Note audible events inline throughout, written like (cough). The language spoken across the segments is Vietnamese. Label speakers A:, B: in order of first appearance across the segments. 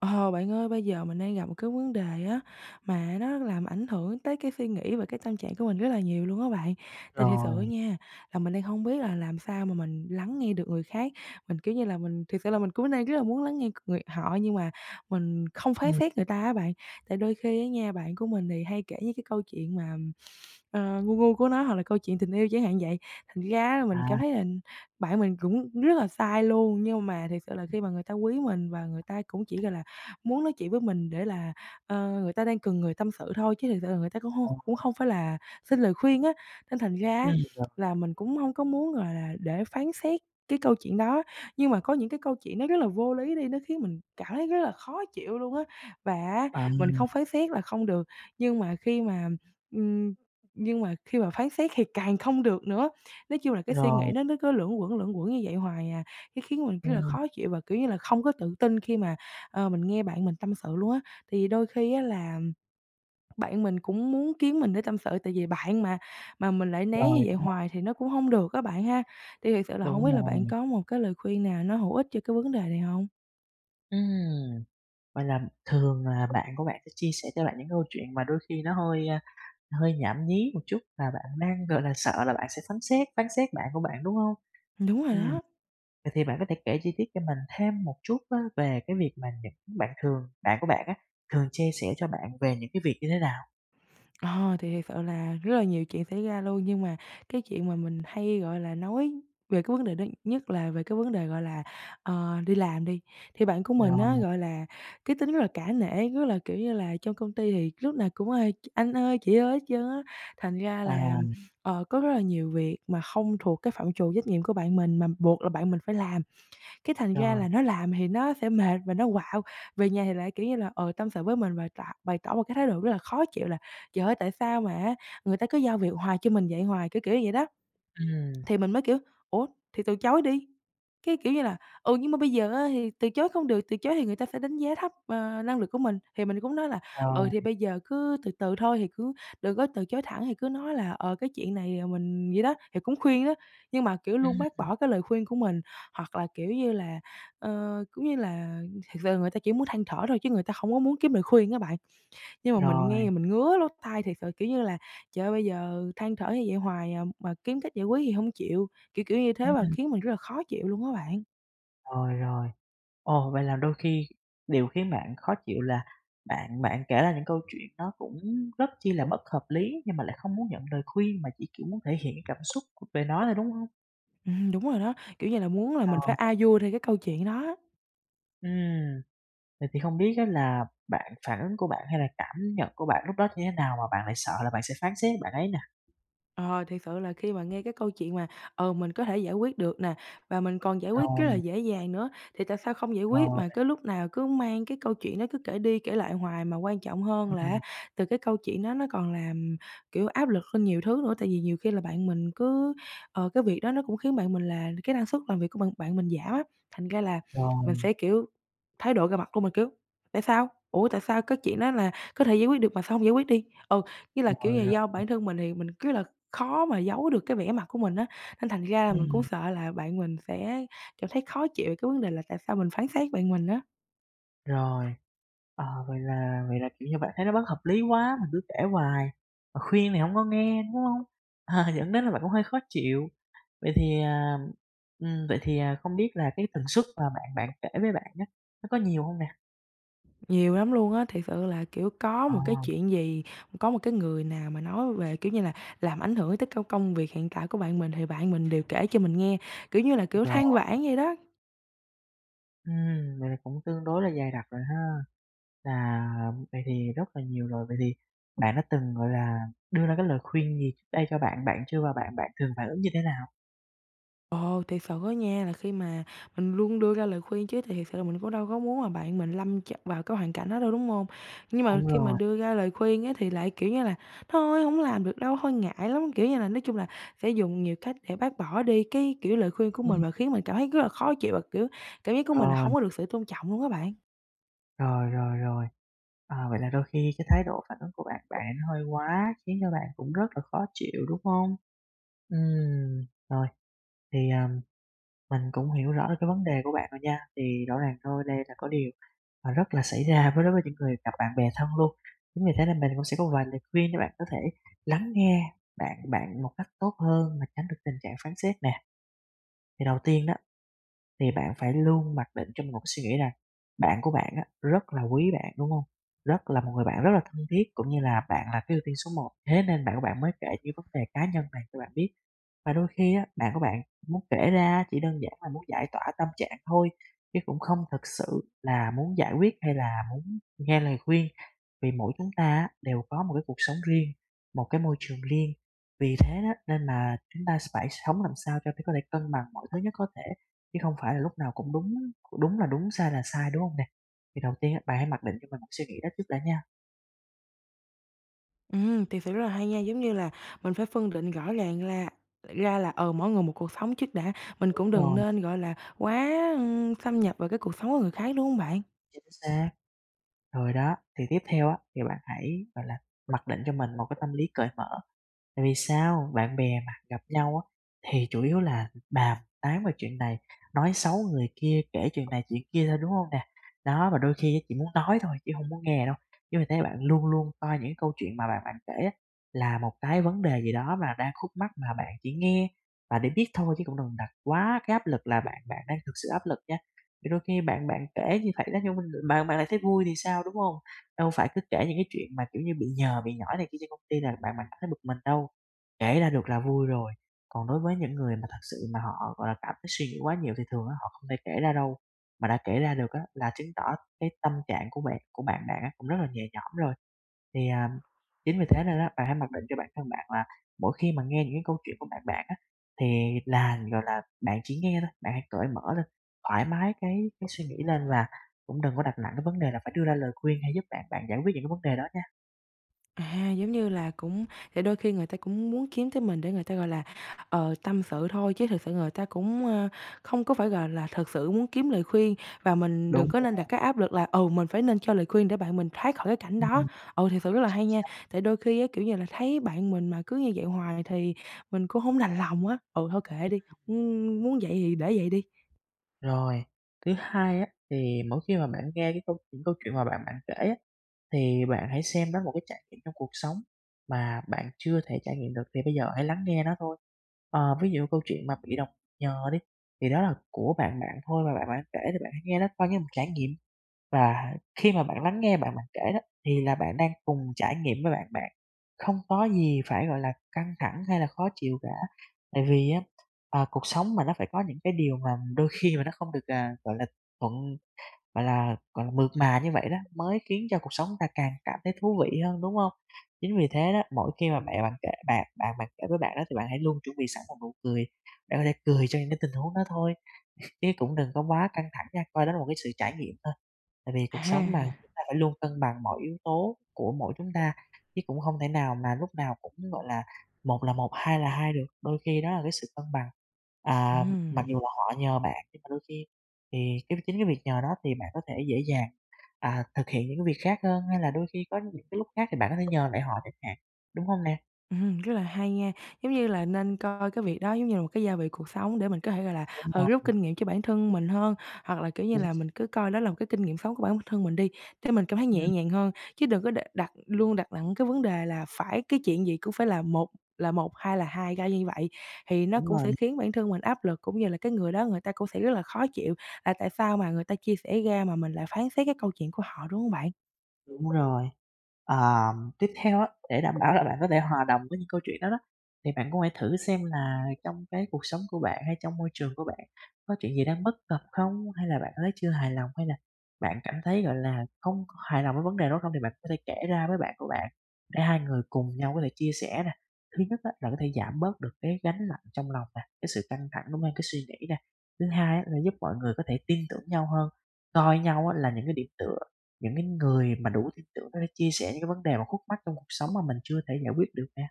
A: Ờ, Bạn ơi, bây giờ mình đang gặp một cái vấn đề á, mà nó làm ảnh hưởng tới cái suy nghĩ và cái tâm trạng của mình rất là nhiều luôn á bạn. Tại thực
B: Rồi.
A: sự nha, là mình đang không biết là làm sao mà mình lắng nghe được người khác. Mình, kiểu như là, mình thực sự là mình cũng đang rất là muốn lắng nghe người họ nhưng mà mình không phán
B: Ừm.
A: xét người ta á bạn. Tại đôi khi á nha, bạn của mình thì hay kể những cái câu chuyện mà, ngu ngu của nó hoặc là câu chuyện tình yêu chẳng hạn vậy. Thành ra là mình
B: À,
A: cảm thấy là bạn mình cũng rất là sai luôn, nhưng mà thực sự là khi mà người ta quý mình và người ta cũng chỉ, gọi là, muốn nói chuyện với mình để là, người ta đang cần người tâm sự thôi, chứ thực sự là người ta cũng không phải là xin lời khuyên á. Nên thành ra á
B: rồi, rồi,
A: là mình cũng không có muốn, gọi là, để phán xét cái câu chuyện đó, nhưng mà có những cái câu chuyện nó rất là vô lý đi, nó khiến mình cảm thấy rất là khó chịu luôn á. Và
B: à,
A: mình không phán xét là không được, nhưng mà khi mà, ừm, nhưng mà khi mà phán xét thì càng không được nữa. Nói chung là cái suy nghĩ
B: rồi,
A: nó cứ luẩn quẩn như vậy hoài à, cái khiến mình rất là
B: ừm,
A: khó chịu và, kiểu như là, không có tự tin khi mà mình nghe bạn mình tâm sự luôn á, thì đôi khi á là bạn mình cũng muốn kiếm mình để tâm sự, tại vì bạn mà mình lại né
B: rồi,
A: như vậy
B: đúng rồi,
A: hoài thì nó cũng không được các bạn ha. Thì thiệt sự là không
B: đúng
A: biết là bạn
B: rồi.
A: có một cái lời khuyên nào nó hữu ích cho cái vấn đề này không,
B: Ừm, vậy là thường là bạn của bạn sẽ chia sẻ cho bạn những câu chuyện mà đôi khi nó hơi nhảm nhí một chút và bạn đang, gọi là, sợ là bạn sẽ phán xét bạn của bạn, đúng hông?
A: Đúng rồi
B: Ừm,
A: đó.
B: vậy thì bạn có thể kể chi tiết cho mình thêm một chút á về cái việc mà những bạn thường bạn của bạn á, thường chia sẻ cho bạn về những cái việc như thế nào?
A: Ờ, thì thiệt sự là rất là nhiều chuyện xảy ra luôn, nhưng mà cái chuyện mà mình hay, gọi là, nói về cái vấn đề đó nhất là về cái vấn đề, gọi là, đi làm đi. Thì bạn của mình
B: Rồi,
A: á, gọi là, cái tính rất là cả nể, rất là, kiểu như là, trong công ty thì lúc nào cũng "Ê, anh ơi, chị ơi" hết trơn á. Thành ra
B: à,
A: là, có rất là nhiều việc mà không thuộc cái phạm trù trách nhiệm của bạn mình mà buộc là bạn mình phải làm. Cái thành ra
B: rồi,
A: là nó làm thì nó sẽ mệt và nó quạo về nhà thì lại, kiểu như là, tâm sự với mình và tỏ bày tỏ một cái thái độ rất là khó chịu là "Trời ơi, tại sao mà người ta cứ giao việc hoài cho mình vậy hoài?" Kiểu, kiểu vậy đó.
B: ừm,
A: Thì mình mới, kiểu, "Ủa, thì từ chối đi." Cái, kiểu như là, "Ừ, nhưng mà bây giờ á thì từ chối không được, từ chối thì người ta sẽ đánh giá thấp, năng lực của mình." Thì mình cũng nói là "Ừ,
B: rồi.
A: thì bây giờ cứ từ từ thôi, thì cứ đừng có từ chối thẳng, thì cứ nói là, cái chuyện này, mình" gì đó, thì cũng khuyên đó. Nhưng mà, kiểu, luôn
B: Ừm.
A: bác bỏ cái lời khuyên của mình, hoặc là, kiểu như là, cũng như là, thật sự người ta chỉ muốn than thở thôi chứ người ta không có muốn kiếm lời khuyên các bạn. Nhưng mà mình
B: Rồi,
A: nghe mình ngứa lỗ tai thiệt sự, kiểu như là, trời ơi, bây giờ than thở như vậy hoài à, mà kiếm cách giải quyết thì không chịu, kiểu, kiểu như thế và
B: Ừm.
A: khiến mình rất là khó chịu luôn á bạn.
B: Rồi, rồi. Ồ, vậy là đôi khi điều khiến bạn khó chịu là bạn bạn kể ra những câu chuyện nó cũng rất chi là bất hợp lý, nhưng mà lại không muốn nhận lời khuyên mà chỉ, kiểu, muốn thể hiện cái cảm xúc về nó thôi, đúng hông?
A: Đúng rồi đó, kiểu như là, muốn là mình phải
B: Rồi,
A: a vui theo cái câu chuyện đó.
B: ừm, vậy thì không biết á là phản ứng của bạn hay là cảm nhận của bạn lúc đó như thế nào mà bạn lại sợ là bạn sẽ phán xét bạn ấy nè?
A: Ờ, thiệt sự là khi mà nghe cái câu chuyện mà, mình có thể giải quyết được nè, và mình còn giải quyết rất là
B: Rồi,
A: dễ dàng nữa, thì tại sao không giải quyết
B: rồi,
A: mà cứ lúc nào cứ mang cái câu chuyện đó cứ kể đi kể lại hoài, mà quan trọng hơn là
B: Ừm.
A: từ cái câu chuyện đó nó còn làm, kiểu, áp lực lên nhiều thứ nữa. Tại vì nhiều khi là bạn mình cứ cái việc đó nó cũng khiến bạn mình là cái năng suất làm việc của bạn bạn mình giảm á, thành ra là mình
B: Rồi,
A: sẽ, kiểu, thái độ ra mặt luôn, mình kiểu: "Tại sao? Ủa, tại sao cái chuyện đó là có thể giải quyết được mà sao hông giải quyết đi?" Ừ, như là, kiểu
B: rồi,
A: như,
B: rồi,
A: do bản thân mình thì mình cứ là Khó mà giấu được cái vẻ mặt của mình á, nên thành ra là mình cũng
B: ừm,
A: sợ là bạn mình sẽ cảm thấy khó chịu về cái vấn đề là tại sao mình phán xét bạn mình á.
B: rồi. Ờ, vậy là, kiểu như, bạn thấy nó bất hợp lý quá, mình cứ kể hoài, mà khuyên thì hổng có nghe, đúng hông? (laughs) Ờ, dẫn đến là bạn cũng hơi khó chịu. Vậy thì, à, vậy thì, không biết là cái tần suất mà bạn bạn kể với bạn á, nó có nhiều hông nè?
A: Nhiều lắm luôn á, thiệt sự là, kiểu, có
B: Ờ,
A: một cái chuyện gì, có một cái người nào mà nói về, kiểu như là, làm ảnh hưởng tới công công việc hiện tại của bạn mình thì bạn mình đều kể cho mình nghe, kiểu như là, kiểu, than
B: rồi,
A: vãn vậy đó.
B: vậy là cũng tương đối là dày đặc rồi ha. Là vậy thì rất là nhiều rồi, vậy thì bạn đã từng, gọi là, đưa ra cái lời khuyên gì trước đây cho bạn bạn chưa và bạn bạn thường phản ứng như thế nào?
A: Ồ, thiệt sự á nha, là khi mà mình luôn đưa ra lời khuyên chứ, thì thiệt sự là mình cũng đâu có muốn mà bạn mình lâm ch vào cái hoàn cảnh đó đâu, đúng không? Nhưng mà
B: Đúng
A: khi mà
B: rồi,
A: đưa ra lời khuyên á, thì lại, kiểu như là, thôi không làm được đâu, thôi ngại lắm, kiểu như là, nói chung là sẽ dùng nhiều cách để bác bỏ đi cái, kiểu, lời khuyên của mình
B: ừm,
A: và khiến mình cảm thấy rất là khó chịu và, kiểu, cảm giác của mình là
B: rồi.
A: không có được sự tôn trọng luôn các bạn.
B: Rồi, rồi, rồi. À, vậy là đôi khi cái thái độ phản ứng của bạn bạn nó hơi quá khiến cho bạn cũng rất là khó chịu, đúng không? Ừm, rồi, thì, mình cũng hiểu rõ được cái vấn đề của bạn rồi nha, thì rõ ràng thôi đây là có điều, mà rất là xảy ra với đối với những người gặp bạn bè thân luôn. Chính vì thế nên mình cũng sẽ có vài lời khuyên để bạn có thể lắng nghe bạn bạn một cách tốt hơn mà tránh được tình trạng phán xét nè. Thì đầu tiên đó thì bạn phải luôn mặc định trong một cái suy nghĩ rằng bạn của bạn á, rất là quý bạn, đúng không? Rất là một người bạn rất là thân thiết, cũng như là bạn là cái ưu tiên số một thế nên bạn của bạn mới kể những vấn đề cá nhân này cho bạn biết. Và đôi khi á, bạn của bạn muốn kể ra chỉ đơn giản là muốn giải tỏa tâm trạng thôi, chứ cũng không thực sự là muốn giải quyết hay là muốn nghe lời khuyên. Vì mỗi chúng ta á, đều có một cái cuộc sống riêng, một cái môi trường riêng. Vì thế đó nên mà chúng ta phải sống làm sao cho để có thể cân bằng mọi thứ nhất có thể, chứ không phải là lúc nào cũng đúng đúng là đúng, sai là sai, đúng không nè? Thì đầu tiên á, bạn hãy mặc định cho mình một suy nghĩ đó trước đã nha.
A: Thì sự rất là hay nha. Giống như là mình phải phân định rõ ràng là ra là, mỗi người một cuộc sống trước đã, mình
B: Đúng
A: cũng đừng
B: rồi,
A: nên, gọi là, quá, xâm nhập vào cái cuộc sống của người khác, đúng hông bạn?
B: chính xác. Rồi đó, thì tiếp theo á, thì bạn hãy, gọi là, mặc định cho mình một cái tâm lý cởi mở. Tại vì sao? Bạn bè mà gặp nhau á, thì chủ yếu là bàn tán về chuyện này, nói xấu người kia, kể chuyện này chuyện kia thôi, đúng không nè? Đó, và đôi khi á chỉ muốn nói thôi chứ không muốn nghe đâu. Nhưng mà thấy bạn luôn luôn coi những câu chuyện mà bạn bạn kể á là một cái vấn đề gì đó mà đang khúc mắc mà bạn chỉ nghe và để biết thôi chứ cũng đừng đặt quá cái áp lực là bạn bạn đang thực sự áp lực nha. Thì đôi khi bạn bạn kể như vậy đó nhưng mà bạn bạn lại thấy vui thì sao, đúng không? Đâu phải cứ kể những cái chuyện mà, kiểu như, bị nhờ, bị nhỏi này kia trên công ty là bạn bạn cảm thấy bực mình đâu, kể ra được là vui rồi. Còn đối với những người mà thật sự mà họ, gọi là, cảm thấy suy nghĩ quá nhiều thì thường á họ không thể kể ra đâu, mà đã kể ra được á là chứng tỏ cái tâm trạng của bạn bạn á cũng rất là nhẹ nhõm rồi. Thì, chính vì thế nên á, bạn hãy mặc định cho bản thân bạn là mỗi khi mà nghe những cái câu chuyện của bạn bạn á, thì là, gọi là, bạn chỉ nghe thôi, bạn hãy cởi mở lên, thoải mái cái suy nghĩ lên và cũng đừng có đặt nặng cái vấn đề là phải đưa ra lời khuyên hay giúp bạn bạn giải quyết những cái vấn đề đó nha.
A: À, giống như là cũng để đôi khi người ta cũng muốn kiếm tới mình để người ta, gọi là, tâm sự thôi, chứ thực sự người ta cũng, không có phải, gọi là, thật sự muốn kiếm lời khuyên. Và mình đừng
B: Đúng
A: có
B: rồi,
A: nên đặt cái áp lực là, ừ, mình phải nên cho lời khuyên để bạn mình thoát khỏi cái cảnh đó.
B: ừm,
A: Ừ, thiệt sự rất là
B: chính
A: hay nha,
B: xác.
A: tại đôi khi á, kiểu như là, thấy bạn mình mà cứ như vậy hoài thì mình cũng không đành lòng á. Ừ, thôi kệ đi, muốn muốn vậy thì để vậy đi.
B: Rồi, thứ hai á, thì mỗi khi mà bạn nghe cái câu những câu chuyện mà bạn bạn kể á, thì bạn hãy xem đó là một cái trải nghiệm trong cuộc sống mà bạn chưa thể trải nghiệm được thì bây giờ hãy lắng nghe nó thôi. Ờ, ví dụ câu chuyện mà bị đồng nhờ đi, thì đó là của bạn bạn thôi mà bạn bạn kể thì bạn hãy nghe nó coi như một trải nghiệm. Và khi mà bạn lắng nghe bạn bạn kể đó, thì là bạn đang cùng trải nghiệm với bạn bạn, không có gì phải, gọi là, căng thẳng hay là khó chịu cả. Tại vì á, ờ, cuộc sống mà nó phải có những cái điều mà đôi khi mà nó không được, gọi là, thuận mượt mà như vậy đó, mới khiến cho cuộc sống ta càng cảm thấy thú vị hơn, đúng không? Chính vì thế đó, mỗi khi mà mẹ bạn kể bạn bạn bạn kể với bạn đó thì bạn hãy luôn chuẩn bị sẵn một nụ cười để có thể cười cho những cái tình huống đó thôi, (laughs) chứ cũng đừng có quá căng thẳng nha, coi đó là một cái sự trải nghiệm thôi. Tại vì cuộc sống mà,
A: À,
B: chúng ta phải luôn cân bằng mọi yếu tố của mỗi chúng ta, chứ cũng không thể nào mà lúc nào cũng, gọi là một, hai là hai được, đôi khi đó là cái sự cân bằng. À, mặc
A: ừm.
B: dù là họ nhờ bạn nhưng mà đôi khi thì cái việc nhờ đó thì bạn có thể dễ dàng, thực hiện những cái việc khác hơn, hay là đôi khi có những cái lúc khác thì bạn có thể nhờ lại họ chẳng hạn, đúng không nè?
A: Rất là hay nha. Giống như là nên coi cái việc đó giống như là một cái gia vị cuộc sống để mình có thể, gọi là,
B: Đúng
A: ừ, rút
B: rồi,
A: kinh nghiệm cho bản thân mình hơn, hoặc là, kiểu như
B: chính
A: là,
B: xác.
A: mình cứ coi đó là một cái kinh nghiệm sống của bản thân mình đi, để mình cảm thấy nhẹ
B: Ừm.
A: nhàng hơn, chứ đừng có đặt luôn đặt nặng cái vấn đề là phải cái chuyện gì cũng phải là một, hai là hai ra như vậy. Thì nó
B: Đúng
A: cũng
B: rồi,
A: sẽ khiến bản thân mình áp lực, cũng như là cái người đó người ta cũng sẽ rất là khó chịu là tại sao mà người ta chia sẻ ra mà mình lại phán xét cái câu chuyện của họ, đúng hông bạn?
B: đúng rồi. Ờ, tiếp theo á, để đảm bảo là bạn có thể hòa đồng với những câu chuyện đó đó, thì bạn cũng hãy thử xem là trong cái cuộc sống của bạn hay trong môi trường của bạn có chuyện gì đang bất cập không? Hay là bạn thấy chưa hài lòng? Hay là bạn cảm thấy, gọi là, không có hài lòng với vấn đề đó không? Thì bạn có thể kể ra với bạn của bạn để hai người cùng nhau có thể chia sẻ nè. Thứ nhất á, là có thể giảm bớt được cái gánh nặng trong lòng nè, cái sự căng thẳng đúng như cái suy nghĩ nè. Thứ hai á, là giúp mọi người có thể tin tưởng nhau hơn, coi nhau á là những cái điểm tựa, những cái người mà đủ tin tưởng nó để chia sẻ những cái vấn đề mà khúc mắc trong cuộc sống mà mình chưa thể giải quyết được nè.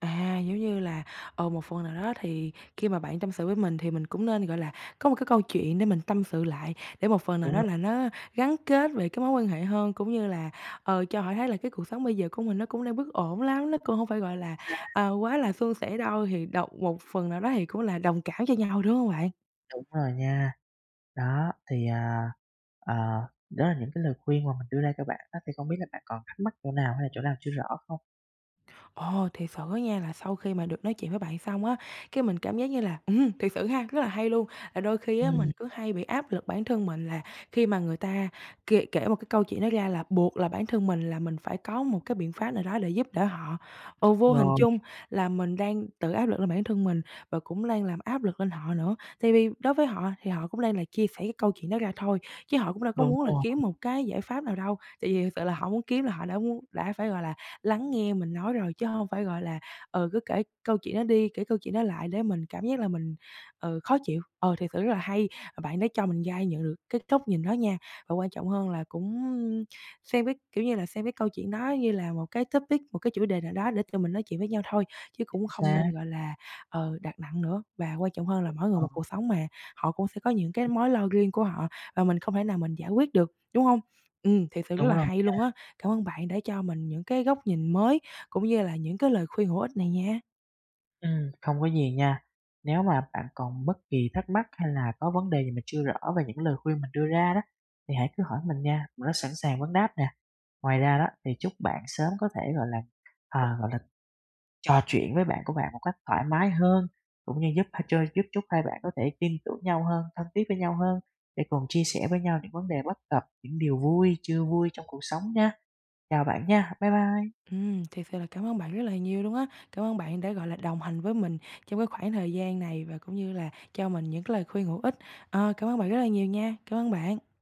A: À, giống như là, một phần nào đó thì khi mà bạn tâm sự với mình thì mình cũng nên, gọi là, có một cái câu chuyện để mình tâm sự lại, để một phần nào
B: Đúng
A: đó
B: rồi,
A: là nó gắn kết về cái mối quan hệ hơn, cũng như là, cho họ thấy là cái cuộc sống bây giờ của mình nó cũng đang bất ổn lắm, nó cũng hông phải, gọi là,
B: xác,
A: quá là suôn sẻ đâu, thì đồng một phần nào đó thì cũng là đồng cảm cho nhau, đúng không bạn?
B: đúng rồi nha. Đó, thì, ờ, đó là những cái lời khuyên mà mình đưa ra cho bạn á, thì không biết là bạn còn thắc mắc chỗ nào hay là chỗ nào chưa rõ không?
A: Ồ, thiệt sự á nha là sau khi mà được nói chuyện với bạn xong á, cái mình cảm giác như là, thiệt sự ha, rất là hay luôn, là đôi khi á
B: Ừm,
A: mình cứ hay bị áp lực bản thân mình là khi mà người ta kể kể một cái câu chuyện đó ra là buộc là bản thân mình là mình phải có một cái biện pháp nào đó để giúp đỡ họ. Ừ, vô hình
B: rồi,
A: chung là mình đang tự áp lực lên bản thân mình và cũng đang làm áp lực lên họ nữa. Tại vì đối với họ thì họ cũng đang là chia sẻ cái câu chuyện đó ra thôi, chứ họ cũng đâu có
B: đúng
A: muốn là
B: rồi,
A: kiếm một cái giải pháp nào đâu, tại vì thực sự là họ muốn kiếm là họ đã muốn đã phải, gọi là, lắng nghe mình nói rồi, chứ không phải, gọi là, cứ kể câu chuyện đó đi, kể câu chuyện đó lại để mình cảm giác là mình, ừ, khó chịu. Ờ, thì sự rất là hay, à, bạn đã cho mình gai nhận được cái góc nhìn đó nha. Và quan trọng hơn là cũng xem cái, kiểu như là, xem cái câu chuyện đó như là một cái topic, một cái chủ đề nào đó để tụi mình nói chuyện với nhau thôi, chứ
B: chính
A: cũng không
B: xác,
A: nên, gọi là, đặt nặng nữa. Và quan trọng hơn
B: ờ,
A: là mỗi người một cuộc sống mà, họ cũng sẽ có những cái mối lo riêng của họ và mình không thể nào mình giải quyết được, đúng không ừ thì sự rất
B: đúng
A: là
B: rồi.
A: hay luôn á. Cảm ơn bạn đã cho mình những cái góc nhìn mới, cũng như là những cái lời khuyên hữu ích này nha.
B: Không có gì nha. Nếu mà bạn còn bất kỳ thắc mắc hay là có vấn đề gì mà chưa rõ về những lời khuyên mình đưa ra đó, thì hãy cứ hỏi mình nha, mình rất sẵn sàng vấn đáp nè. Ngoài ra đó thì chúc bạn sớm có thể, gọi là, ờ, gọi là, trò chuyện với bạn của bạn một cách thoải mái hơn, cũng như giúp h cho giúp chúc hai bạn có thể tin tưởng nhau hơn, thân thiết với nhau hơn để cùng chia sẻ với nhau những vấn đề bất cập, những điều vui, chưa vui trong cuộc sống nha. Chào bạn nha, bye bye.
A: Thật sự là cảm ơn bạn rất là nhiều luôn á. Cảm ơn bạn đã, gọi là, đồng hành với mình trong cái khoảng thời gian này và cũng như là cho mình những cái lời khuyên hữu ích. Ờ, cảm ơn bạn rất là nhiều nha. Cảm ơn bạn.